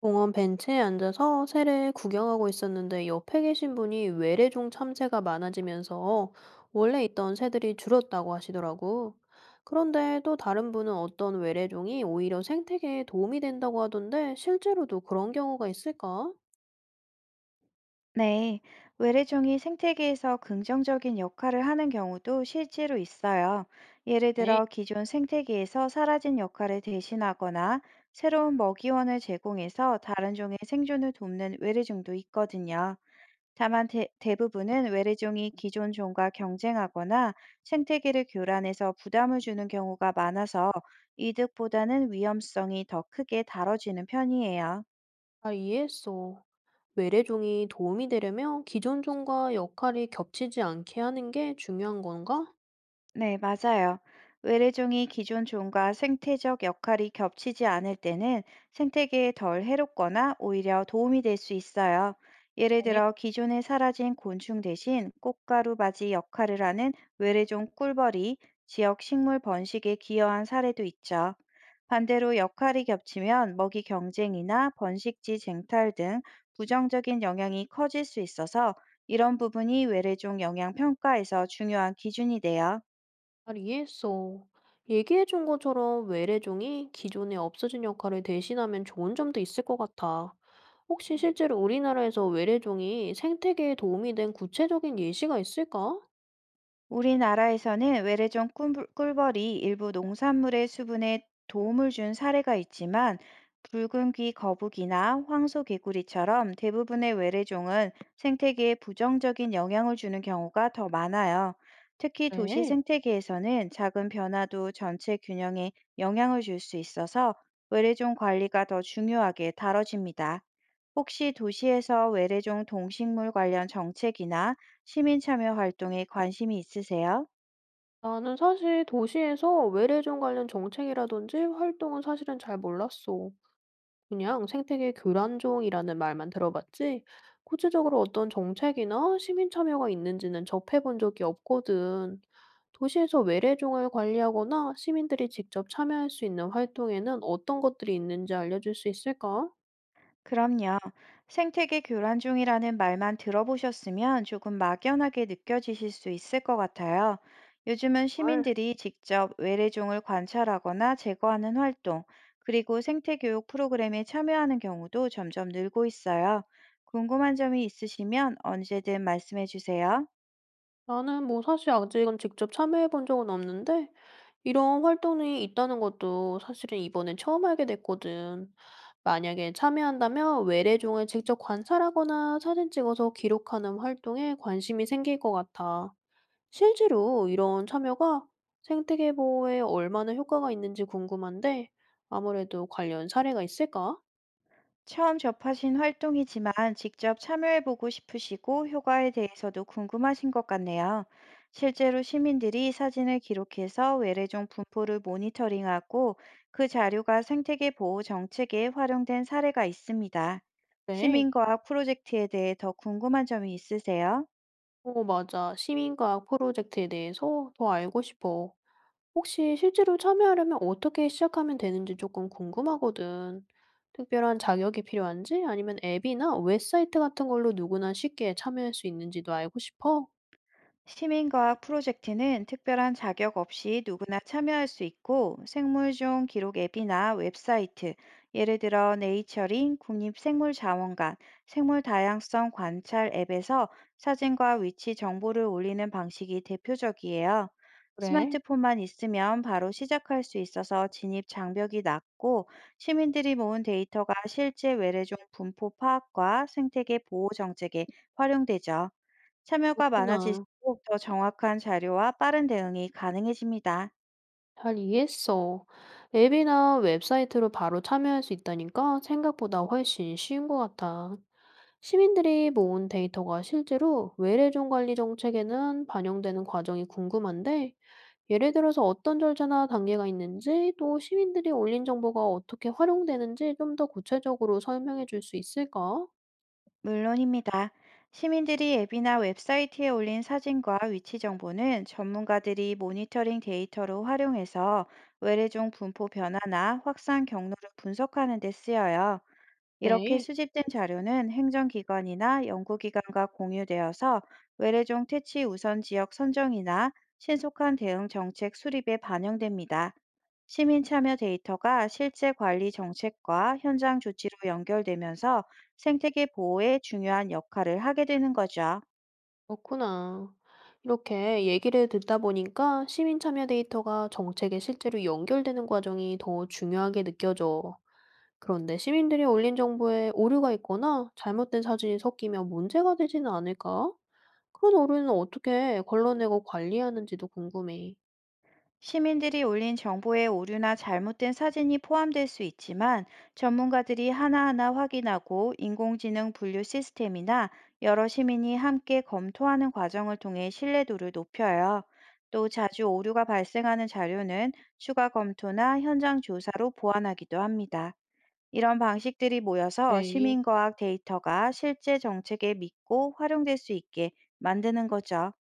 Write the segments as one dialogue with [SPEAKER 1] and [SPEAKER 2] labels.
[SPEAKER 1] 공원 벤치에 앉아서 새를 구경하고 있었는데 옆에 계신 분이 외래종 참새가 많아지면서 원래 있던 새들이 줄었다고 하시더라고. 그런데 또 다른 분은 어떤 외래종이 오히려 생태계에 도움이 된다고 하던데 실제로도 그런 경우가 있을까?
[SPEAKER 2] 네, 외래종이 생태계에서 긍정적인 역할을 하는 경우도 실제로 있어요. 예를
[SPEAKER 1] 네,
[SPEAKER 2] 들어 기존 생태계에서 사라진 역할을 대신하거나 새로운 먹이원을 제공해서 다른 종의 생존을 돕는 외래종도 있거든요. 다만 부분은 외래종이 기존 종과 경쟁하거나 생태계를 교란해서 부담을 주는 경우가 많아서 이득보다는 위험성이 더 크게 다뤄지는 편이에요.
[SPEAKER 1] 잘 이해했어. 외래종이 도움이 되려면 기존 종과 역할이 겹치지 않게 하는 게 중요한 건가?
[SPEAKER 2] 네, 맞아요. 외래종이 기존 종과 생태적 역할이 겹치지 않을 때는 생태계에 덜 해롭거나 오히려 도움이 될 수 있어요. 예를
[SPEAKER 1] 네.
[SPEAKER 2] 들어 기존에 사라진 곤충 대신 꽃가루바지 역할을 하는 외래종 꿀벌이 지역 식물 번식에 기여한 사례도 있죠. 반대로 역할이 겹치면 먹이 경쟁이나 번식지 쟁탈 등 부정적인 영향이 커질 수 있어서 이런 부분이 외래종 영향 평가에서 중요한 기준이 돼요.
[SPEAKER 1] 잘 이해했어. 얘기해준 것처럼 외래종이 기존에 없어진 역할을 대신하면 좋은 점도 있을 것 같아. 혹시 실제로 우리나라에서 외래종이 생태계에 도움이 된 구체적인 예시가 있을까?
[SPEAKER 2] 우리나라에서는 외래종 꿀벌이 일부 농산물의 수분에 도움을 준 사례가 있지만, 붉은귀 거북이나 황소개구리처럼 대부분의 외래종은 생태계에 부정적인 영향을 주는 경우가 더 많아요. 특히 도시
[SPEAKER 1] 네.
[SPEAKER 2] 생태계에서는 작은 변화도 전체 균형에 영향을 줄 수 있어서 외래종 관리가 더 중요하게 다뤄집니다. 혹시 도시에서 외래종 동식물 관련 정책이나 시민 참여 활동에 관심이 있으세요?
[SPEAKER 1] 나는 사실 도시에서 외래종 관련 정책이라든지 활동은 사실은 잘 몰랐어. 그냥 생태계 교란종이라는 말만 들어봤지, 구체적으로 어떤 정책이나 시민 참여가 있는지는 접해본 적이 없거든. 도시에서 외래종을 관리하거나 시민들이 직접 참여할 수 있는 활동에는 어떤 것들이 있는지 알려줄 수 있을까?
[SPEAKER 2] 그럼요. 생태계 교란 중이라는 말만 들어보셨으면 조금 막연하게 느껴지실 수 있을 것 같아요. 요즘은
[SPEAKER 1] 헐,
[SPEAKER 2] 시민들이 직접 외래종을 관찰하거나 제거하는 활동, 그리고 생태교육 프로그램에 참여하는 경우도 점점 늘고 있어요. 궁금한 점이 있으시면 언제든 말씀해 주세요.
[SPEAKER 1] 나는 사실 아직은 직접 참여해본 적은 없는데, 이런 활동이 있다는 것도 사실은 이번에 처음 알게 됐거든. 만약에 참여한다면 외래종을 직접 관찰하거나 사진 찍어서 기록하는 활동에 관심이 생길 것 같아. 실제로 이런 참여가 생태계 보호에 얼마나 효과가 있는지 궁금한데 아무래도 관련 사례가 있을까?
[SPEAKER 2] 처음 접하신 활동이지만 직접 참여해보고 싶으시고 효과에 대해서도 궁금하신 것 같네요. 실제로 시민들이 사진을 기록해서 외래종 분포를 모니터링하고, 그 자료가 생태계 보호 정책에 활용된 사례가 있습니다.
[SPEAKER 1] 네.
[SPEAKER 2] 시민과학 프로젝트에 대해 더 궁금한 점이 있으세요?
[SPEAKER 1] 어, 맞아. 시민과학 프로젝트에 대해서 더 알고 싶어. 혹시 실제로 참여하려면 어떻게 시작하면 되는지 조금 궁금하거든. 특별한 자격이 필요한지 아니면 앱이나 웹사이트 같은 걸로 누구나 쉽게 참여할 수 있는지도 알고 싶어.
[SPEAKER 2] 시민과학 프로젝트는 특별한 자격 없이 누구나 참여할 수 있고, 생물종 기록 앱이나 웹사이트, 예를 들어 네이처링, 국립생물자원관, 생물다양성 관찰 앱에서 사진과 위치 정보를 올리는 방식이 대표적이에요.
[SPEAKER 1] 그래,
[SPEAKER 2] 스마트폰만 있으면 바로 시작할 수 있어서 진입 장벽이 낮고, 시민들이 모은 데이터가 실제 외래종 분포 파악과 생태계 보호 정책에 활용되죠. 참여가
[SPEAKER 1] 그렇구나.
[SPEAKER 2] 많아질수록 더 정확한 자료와 빠른 대응이 가능해집니다.
[SPEAKER 1] 잘 이해했어. 앱이나 웹사이트로 바로 참여할 수 있다니까 생각보다 훨씬 쉬운 것 같아. 시민들이 모은 데이터가 실제로 외래종 관리 정책에는 반영되는 과정이 궁금한데, 예를 들어서 어떤 절차나 단계가 있는지, 또 시민들이 올린 정보가 어떻게 활용되는지 좀 더 구체적으로 설명해 줄 수 있을까?
[SPEAKER 2] 물론입니다. 시민들이 앱이나 웹사이트에 올린 사진과 위치 정보는 전문가들이 모니터링 데이터로 활용해서 외래종 분포 변화나 확산 경로를 분석하는 데 쓰여요. 이렇게
[SPEAKER 1] 네,
[SPEAKER 2] 수집된 자료는 행정기관이나 연구기관과 공유되어서 외래종 퇴치 우선 지역 선정이나 신속한 대응 정책 수립에 반영됩니다. 시민 참여 데이터가 실제 관리 정책과 현장 조치로 연결되면서 생태계 보호에 중요한 역할을 하게 되는 거죠.
[SPEAKER 1] 그렇구나. 이렇게 얘기를 듣다 보니까 시민 참여 데이터가 정책에 실제로 연결되는 과정이 더 중요하게 느껴져. 그런데 시민들이 올린 정보에 오류가 있거나 잘못된 사진이 섞이면 문제가 되지는 않을까? 그런 오류는 어떻게 걸러내고 관리하는지도 궁금해.
[SPEAKER 2] 시민들이 올린 정보에 오류나 잘못된 사진이 포함될 수 있지만, 전문가들이 하나하나 확인하고 인공지능 분류 시스템이나 여러 시민이 함께 검토하는 과정을 통해 신뢰도를 높여요. 또 자주 오류가 발생하는 자료는 추가 검토나 현장 조사로 보완하기도 합니다. 이런 방식들이 모여서
[SPEAKER 1] 네.
[SPEAKER 2] 시민과학 데이터가 실제 정책에 믿고 활용될 수 있게 만드는 거죠.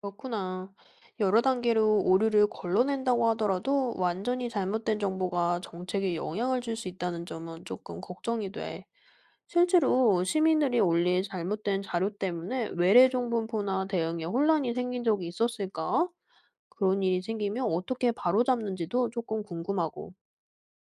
[SPEAKER 1] 그렇구나. 여러 단계로 오류를 걸러낸다고 하더라도 완전히 잘못된 정보가 정책에 영향을 줄 수 있다는 점은 조금 걱정이 돼. 실제로 시민들이 올린 잘못된 자료 때문에 외래 정포나 대응에 혼란이 생긴 적이 있었을까? 그런 일이 생기면 어떻게 바로잡는지도 조금 궁금하고.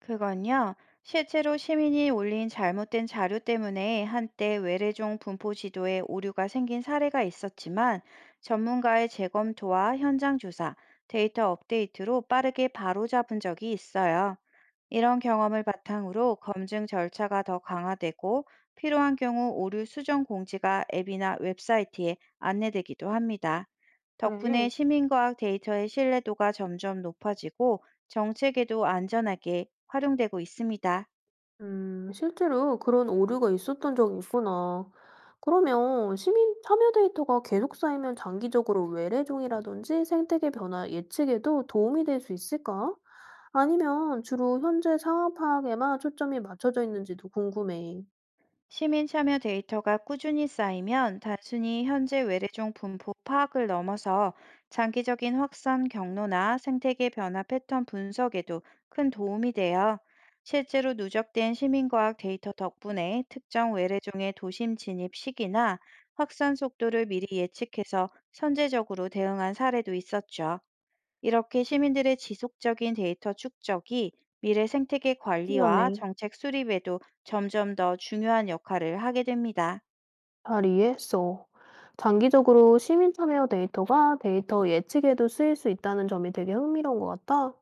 [SPEAKER 2] 그건요, 실제로 시민이 올린 잘못된 자료 때문에 한때 외래종 분포 지도에 오류가 생긴 사례가 있었지만, 전문가의 재검토와 현장 조사, 데이터 업데이트로 빠르게 바로잡은 적이 있어요. 이런 경험을 바탕으로 검증 절차가 더 강화되고, 필요한 경우 오류 수정 공지가 앱이나 웹사이트에 안내되기도 합니다.
[SPEAKER 1] 그래.
[SPEAKER 2] 덕분에 시민과학 데이터의 신뢰도가 점점 높아지고, 정책에도 안전하게 활용되고 있습니다.
[SPEAKER 1] 실제로 그런 오류가 있었던 적이 있구나. 그러면 시민 참여 데이터가 계속 쌓이면 장기적으로 외래종이라든지 생태계 변화 예측에도 도움이 될 수 있을까? 아니면 주로 현재 상황 파악에만 초점이 맞춰져 있는지도 궁금해.
[SPEAKER 2] 시민 참여 데이터가 꾸준히 쌓이면 단순히 현재 외래종 분포 파악을 넘어서 장기적인 확산 경로나 생태계 변화 패턴 분석에도 큰 도움이 돼요. 실제로 누적된 시민과학 데이터 덕분에 특정 외래종의 도심 진입 시기나 확산 속도를 미리 예측해서 선제적으로 대응한 사례도 있었죠. 이렇게 시민들의 지속적인 데이터 축적이 미래 생태계 관리와
[SPEAKER 1] 미안해.
[SPEAKER 2] 정책 수립에도 점점 더 중요한 역할을 하게 됩니다.
[SPEAKER 1] 잘 이해했어. 장기적으로 시민 참여 데이터가 데이터 예측에도 쓰일 수 있다는 점이 되게 흥미로운 것 같다.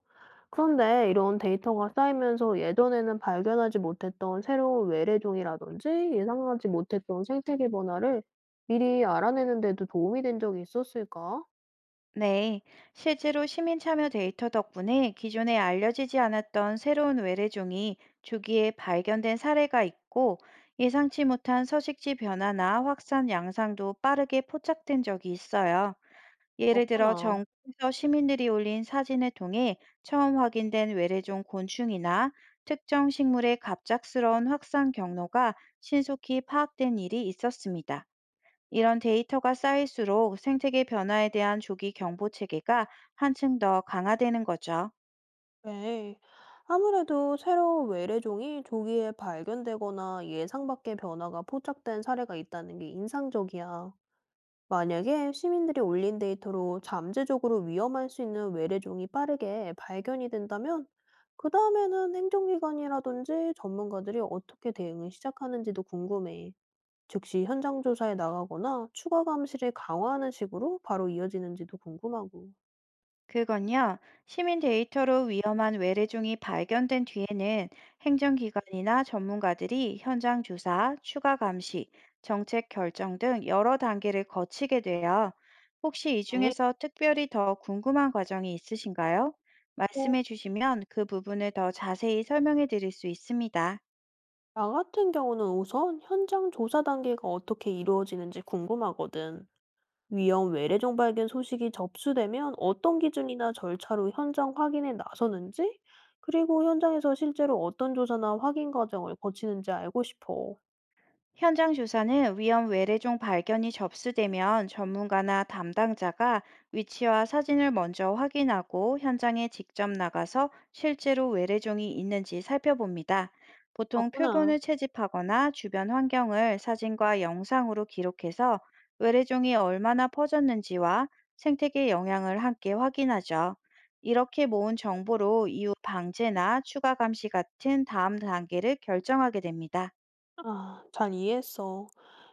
[SPEAKER 1] 그런데 이런 데이터가 쌓이면서 예전에는 발견하지 못했던 새로운 외래종이라든지 예상하지 못했던 생태계 변화를 미리 알아내는 데도 도움이 된 적이 있었을까?
[SPEAKER 2] 네, 실제로 시민 참여 데이터 덕분에 기존에 알려지지 않았던 새로운 외래종이 조기에 발견된 사례가 있고, 예상치 못한 서식지 변화나 확산 양상도 빠르게 포착된 적이 있어요. 예를 들어
[SPEAKER 1] 그렇구나.
[SPEAKER 2] 전국에서 시민들이 올린 사진을 통해 처음 확인된 외래종 곤충이나 특정 식물의 갑작스러운 확산 경로가 신속히 파악된 일이 있었습니다. 이런 데이터가 쌓일수록 생태계 변화에 대한 조기 경보 체계가 한층 더 강화되는 거죠.
[SPEAKER 1] 네. 아무래도 새로운 외래종이 조기에 발견되거나 예상 밖의 변화가 포착된 사례가 있다는 게 인상적이야. 만약에 시민들이 올린 데이터로 잠재적으로 위험할 수 있는 외래종이 빠르게 발견이 된다면, 그 다음에는 행정기관이라든지 전문가들이 어떻게 대응을 시작하는지도 궁금해. 즉시 현장 조사에 나가거나 추가 감시를 강화하는 식으로 바로 이어지는지도 궁금하고.
[SPEAKER 2] 그건요, 시민 데이터로 위험한 외래종이 발견된 뒤에는 행정기관이나 전문가들이 현장 조사, 추가 감시, 정책 결정 등 여러 단계를 거치게 돼요. 혹시 이
[SPEAKER 1] 네.
[SPEAKER 2] 중에서 특별히 더 궁금한 과정이 있으신가요?
[SPEAKER 1] 어,
[SPEAKER 2] 말씀해 주시면 그 부분을 더 자세히 설명해 드릴 수 있습니다.
[SPEAKER 1] 나 같은 경우는 우선 현장 조사 단계가 어떻게 이루어지는지 궁금하거든. 위험 외래종 발견 소식이 접수되면 어떤 기준이나 절차로 현장 확인에 나서는지, 그리고 현장에서 실제로 어떤 조사나 확인 과정을 거치는지 알고 싶어.
[SPEAKER 2] 현장 조사는 위험 외래종 발견이 접수되면 전문가나 담당자가 위치와 사진을 먼저 확인하고, 현장에 직접 나가서 실제로 외래종이 있는지 살펴봅니다. 보통
[SPEAKER 1] 그렇구나.
[SPEAKER 2] 표본을 채집하거나 주변 환경을 사진과 영상으로 기록해서 외래종이 얼마나 퍼졌는지와 생태계 영향을 함께 확인하죠. 이렇게 모은 정보로 이후 방제나 추가 감시 같은 다음 단계를 결정하게 됩니다.
[SPEAKER 1] 아, 잘 이해했어.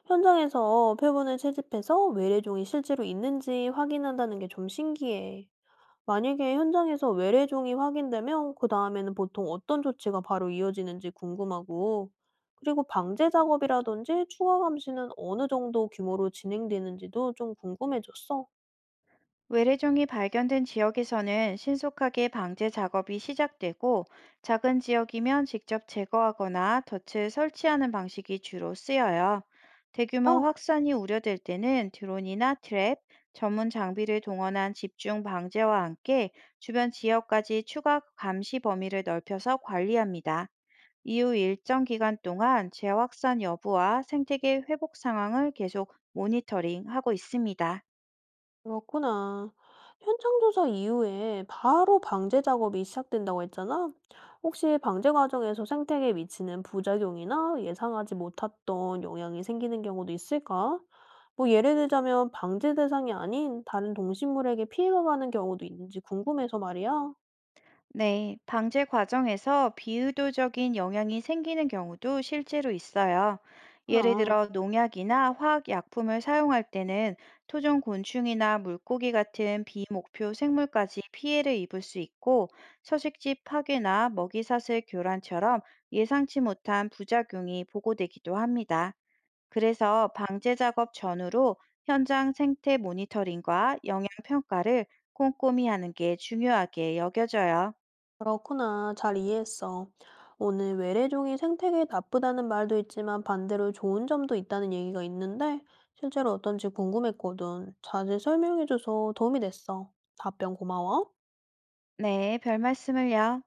[SPEAKER 1] 현장에서 표본을 채집해서 외래종이 실제로 있는지 확인한다는 게 좀 신기해. 만약에 현장에서 외래종이 확인되면 그 다음에는 보통 어떤 조치가 바로 이어지는지 궁금하고, 그리고 방제 작업이라든지 추가 감시는 어느 정도 규모로 진행되는지도 좀 궁금해졌어.
[SPEAKER 2] 외래종이 발견된 지역에서는 신속하게 방제 작업이 시작되고, 작은 지역이면 직접 제거하거나 덫을 설치하는 방식이 주로 쓰여요.
[SPEAKER 1] 아,
[SPEAKER 2] 대규모 확산이 우려될 때는 드론이나 트랩, 전문 장비를 동원한 집중 방제와 함께 주변 지역까지 추가 감시 범위를 넓혀서 관리합니다. 이후 일정 기간 동안 재확산 여부와 생태계 회복 상황을 계속 모니터링하고 있습니다.
[SPEAKER 1] 그렇구나. 현장 조사 이후에 바로 방제 작업이 시작된다고 했잖아. 혹시 방제 과정에서 생태계에 미치는 부작용이나 예상하지 못했던 영향이 생기는 경우도 있을까? 예를 들자면 방제 대상이 아닌 다른 동식물에게 피해가 가는 경우도 있는지 궁금해서 말이야.
[SPEAKER 2] 네, 방제 과정에서 비의도적인 영향이 생기는 경우도 실제로 있어요. 예를
[SPEAKER 1] 그렇구나.
[SPEAKER 2] 들어 농약이나 화학약품을 사용할 때는 토종 곤충이나 물고기 같은 비목표 생물까지 피해를 입을 수 있고, 서식지 파괴나 먹이사슬 교란처럼 예상치 못한 부작용이 보고되기도 합니다. 그래서 방제 작업 전후로 현장 생태 모니터링과 영향 평가를 꼼꼼히 하는 게 중요하게 여겨져요.
[SPEAKER 1] 그렇구나. 잘 이해했어. 오늘 외래종이 생태계에 나쁘다는 말도 있지만 반대로 좋은 점도 있다는 얘기가 있는데 실제로 어떤지 궁금했거든. 자세히 설명해줘서 도움이 됐어. 답변 고마워.
[SPEAKER 2] 네, 별 말씀을요.